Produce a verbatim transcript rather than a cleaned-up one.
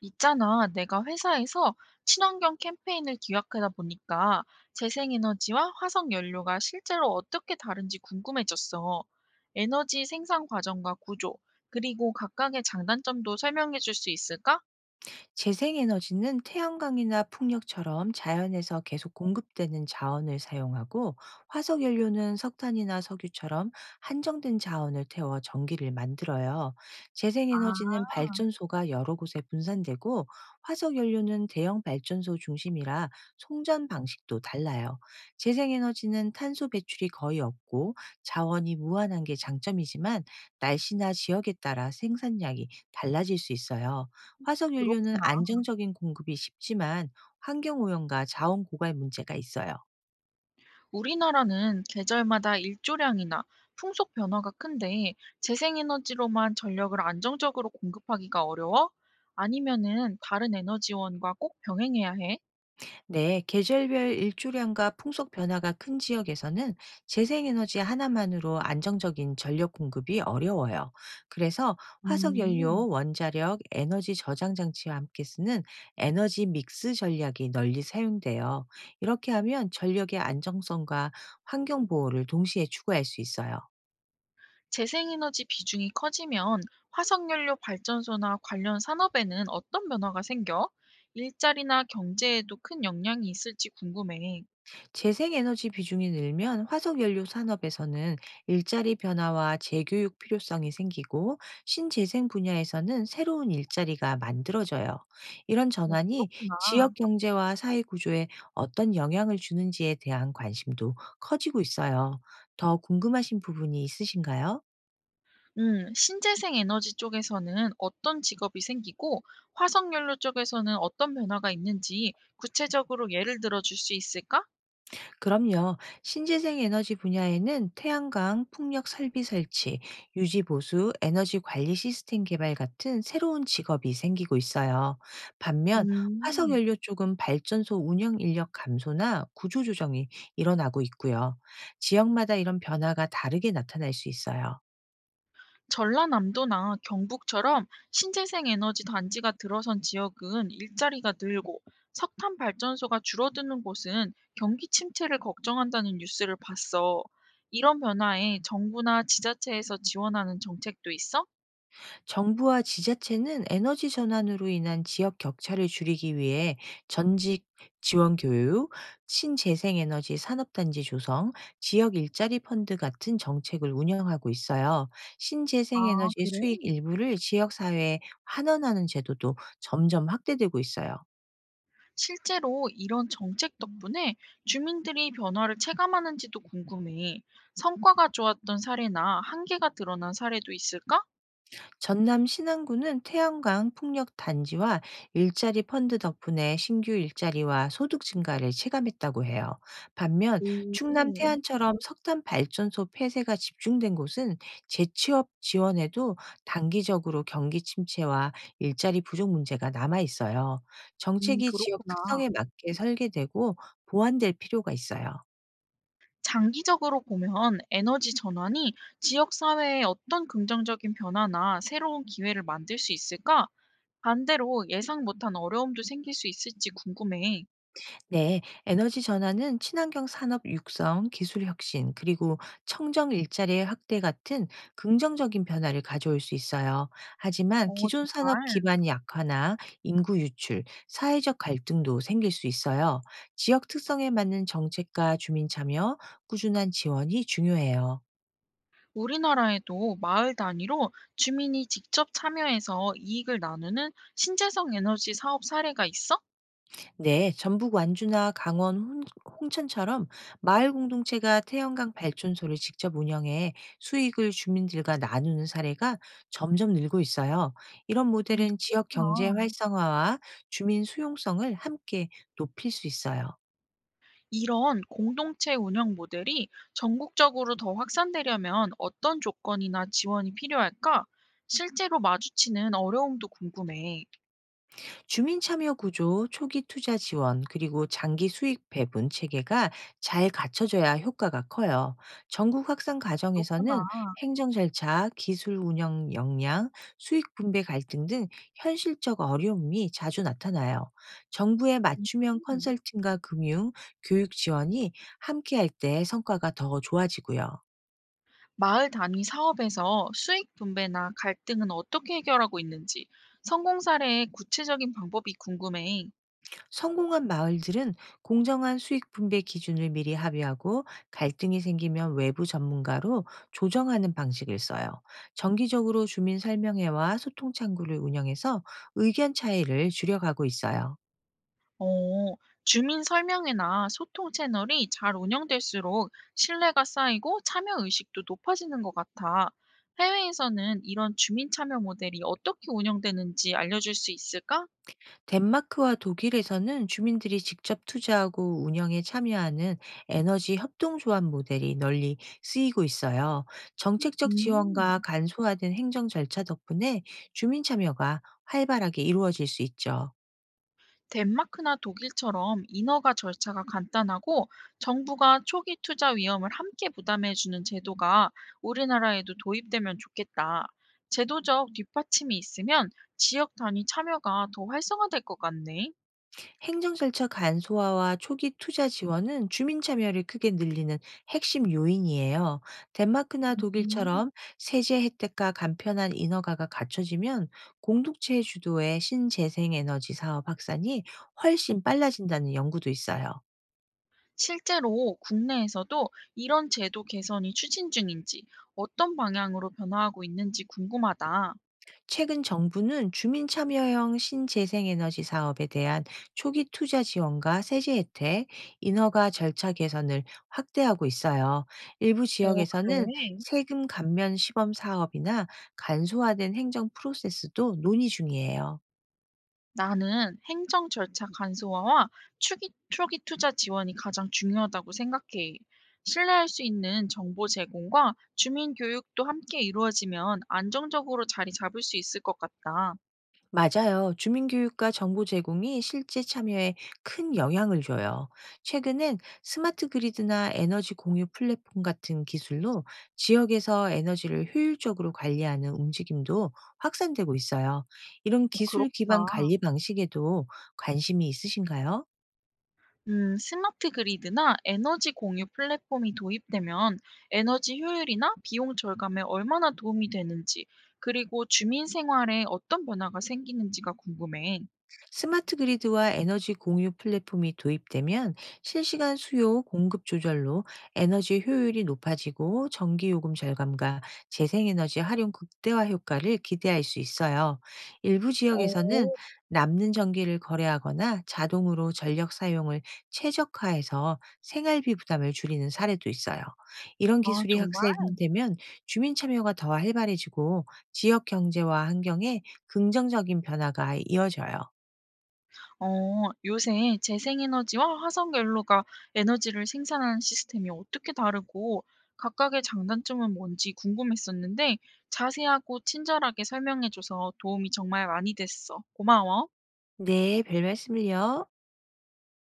있잖아, 내가 회사에서 친환경 캠페인을 기획하다 보니까 재생에너지와 화석연료가 실제로 어떻게 다른지 궁금해졌어. 에너지 생산 과정과 구조, 그리고 각각의 장단점도 설명해 줄 수 있을까? 재생에너지는 태양광이나 풍력처럼 자연에서 계속 공급되는 자원을 사용하고 화석연료는 석탄이나 석유처럼 한정된 자원을 태워 전기를 만들어요. 아, 재생에너지는 발전소가 여러 곳에 분산되고 화석연료는 대형 발전소 중심이라 송전 방식도 달라요. 재생에너지는 탄소 배출이 거의 없고 자원이 무한한 게 장점이지만 날씨나 지역에 따라 생산량이 달라질 수 있어요. 화석연료는 그렇구나. 안정적인 공급이 쉽지만 환경오염과 자원 고갈 문제가 있어요. 우리나라는 계절마다 일조량이나 풍속 변화가 큰데 재생에너지로만 전력을 안정적으로 공급하기가 어려워? 아니면은 다른 에너지원과 꼭 병행해야 해? 네, 계절별 일조량과 풍속 변화가 큰 지역에서는 재생에너지 하나만으로 안정적인 전력 공급이 어려워요. 그래서 음. 화석연료, 원자력, 에너지 저장 장치와 함께 쓰는 에너지 믹스 전략이 널리 사용돼요. 이렇게 하면 전력의 안정성과 환경 보호를 동시에 추구할 수 있어요. 재생에너지 비중이 커지면 화석연료 발전소나 관련 산업에는 어떤 변화가 생겨? 일자리나 경제에도 큰 영향이 있을지 궁금해. 재생에너지 비중이 늘면 화석연료 산업에서는 일자리 변화와 재교육 필요성이 생기고 신재생 분야에서는 새로운 일자리가 만들어져요. 이런 전환이 그렇구나. 지역 경제와 사회 구조에 어떤 영향을 주는지에 대한 관심도 커지고 있어요. 더 궁금하신 부분이 있으신가요? 음, 신재생 에너지 쪽에서는 어떤 직업이 생기고 화석연료 쪽에서는 어떤 변화가 있는지 구체적으로 예를 들어 줄 수 있을까? 그럼요. 신재생 에너지 분야에는 태양광, 풍력 설비 설치, 유지 보수, 에너지 관리 시스템 개발 같은 새로운 직업이 생기고 있어요. 반면 화석 음. 연료 쪽은 발전소 운영 인력 감소나 구조 조정이 일어나고 있고요. 지역마다 이런 변화가 다르게 나타날 수 있어요. 전라남도나 경북처럼 신재생 에너지 단지가 들어선 지역은 일자리가 늘고 석탄 발전소가 줄어드는 곳은 경기 침체를 걱정한다는 뉴스를 봤어. 이런 변화에 정부나 지자체에서 지원하는 정책도 있어? 정부와 지자체는 에너지 전환으로 인한 지역 격차를 줄이기 위해 전직 지원 교육, 신재생에너지 산업단지 조성, 지역 일자리 펀드 같은 정책을 운영하고 있어요. 아, 신재생에너지 그래? 수익 일부를 지역사회에 환원하는 제도도 점점 확대되고 있어요. 실제로 이런 정책 덕분에 주민들이 변화를 체감하는지도 궁금해. 성과가 좋았던 사례나 한계가 드러난 사례도 있을까? 전남 신안군은 태양광 풍력 단지와 일자리 펀드 덕분에 신규 일자리와 소득 증가를 체감했다고 해요. 반면 충남 오, 태안처럼 석탄 발전소 폐쇄가 집중된 곳은 재취업 지원에도 단기적으로 경기 침체와 일자리 부족 문제가 남아 있어요. 음, 정책이 지역 그렇구나. 특성에 맞게 설계되고 보완될 필요가 있어요. 장기적으로 보면 에너지 전환이 지역 사회에 어떤 긍정적인 변화나 새로운 기회를 만들 수 있을까? 반대로 예상 못한 어려움도 생길 수 있을지 궁금해. 네, 에너지 전환은 친환경 산업 육성, 기술 혁신, 그리고 청정 일자리의 확대 같은 긍정적인 변화를 가져올 수 있어요. 어, 하지만 기존 산업 정말. 기반 약화나 인구 유출, 사회적 갈등도 생길 수 있어요. 지역 특성에 맞는 정책과 주민 참여, 꾸준한 지원이 중요해요. 우리나라에도 마을 단위로 주민이 직접 참여해서 이익을 나누는 신재생 에너지 사업 사례가 있어? 네, 전북 완주나 강원 혼- 홍천처럼 마을 공동체가 태연강 발전소를 직접 운영해 수익을 주민들과 나누는 사례가 점점 늘고 있어요. 이런 음, 모델은 지역 경제 그렇구나. 활성화와 주민 수용성을 함께 높일 수 있어요. 이런 공동체 운영 모델이 전국적으로 더 확산되려면 어떤 조건이나 지원이 필요할까? 실제로 마주치는 어려움도 궁금해. 주민 참여 구조, 초기 투자 지원, 그리고 장기 수익 배분 체계가 잘 갖춰져야 효과가 커요. 전국 확산 그렇구나. 과정에서는 행정 절차, 기술 운영 역량, 수익 분배 갈등 등 현실적 어려움이 자주 나타나요. 정부의 맞춤형 음. 컨설팅과 금융, 교육 지원이 함께할 때 성과가 더 좋아지고요. 마을 단위 사업에서 수익 분배나 갈등은 어떻게 해결하고 있는지 성공 사례의 구체적인 방법이 궁금해. 성공한 마을들은 공정한 수익 분배 기준을 미리 합의하고 갈등이 생기면 외부 전문가로 조정하는 방식을 써요. 정기적으로 주민 설명회와 소통 창구를 운영해서 의견 차이를 줄여가고 있어요. 어, 주민 설명회나 소통 채널이 잘 운영될수록 신뢰가 쌓이고 참여 의식도 높아지는 것 같아. 해외에서는 이런 주민 참여 모델이 어떻게 운영되는지 알려줄 수 있을까? 덴마크와 독일에서는 주민들이 직접 투자하고 운영에 참여하는 에너지 협동조합 모델이 널리 쓰이고 있어요. 정책적 음, 지원과 간소화된 행정 절차 덕분에 주민 참여가 활발하게 이루어질 수 있죠. 덴마크나 독일처럼 인허가 절차가 간단하고 정부가 초기 투자 위험을 함께 부담해주는 제도가 우리나라에도 도입되면 좋겠다. 제도적 뒷받침이 있으면 지역 단위 참여가 더 활성화될 것 같네. 행정 절차 간소화와 초기 투자 지원은 주민 참여를 크게 늘리는 핵심 요인이에요. 덴마크나 음. 독일처럼 세제 혜택과 간편한 인허가가 갖춰지면 공동체 주도의 신재생 에너지 사업 확산이 훨씬 빨라진다는 연구도 있어요. 실제로 국내에서도 이런 제도 개선이 추진 중인지 어떤 방향으로 변화하고 있는지 궁금하다. 최근 정부는 주민 참여형 신재생에너지 사업에 대한 초기 투자 지원과 세제 혜택, 인허가 절차 개선을 확대하고 있어요. 일부 어, 그래. 지역에서는 세금 감면 시범 사업이나 간소화된 행정 프로세스도 논의 중이에요. 나는 행정 절차 간소화와 초기, 초기 투자 지원이 가장 중요하다고 생각해. 신뢰할 수 있는 정보 제공과 주민 교육도 함께 이루어지면 안정적으로 자리 잡을 수 있을 것 같다. 맞아요. 주민교육과 정보 제공이 실제 참여에 큰 영향을 줘요. 최근엔 스마트 그리드나 에너지 공유 플랫폼 같은 기술로 지역에서 에너지를 효율적으로 관리하는 움직임도 확산되고 있어요. 이런 어, 기술 기반 그렇구나. 관리 방식에도 관심이 있으신가요? 음, 스마트 그리드나 에너지 공유 플랫폼이 도입되면 에너지 효율이나 비용 절감에 얼마나 도움이 되는지, 그리고 주민 생활에 어떤 변화가 생기는지가 궁금해. 스마트 그리드와 에너지 공유 플랫폼이 도입되면 실시간 수요 공급 조절로 에너지 효율이 높아지고 전기 요금 절감과 재생에너지 활용 극대화 효과를 기대할 수 있어요. 일부 어, 지역에서는 남는 전기를 거래하거나 자동으로 전력 사용을 최적화해서 생활비 부담을 줄이는 사례도 있어요. 이런 아, 기술이 정말? 확산되면 주민 참여가 더 활발해지고 지역 경제와 환경에 긍정적인 변화가 이어져요. 어, 요새 재생에너지와 화석 연료가 에너지를 생산하는 시스템이 어떻게 다르고 각각의 장단점은 뭔지 궁금했었는데 자세하고 친절하게 설명해줘서 도움이 정말 많이 됐어. 고마워. 네, 별 말씀을요.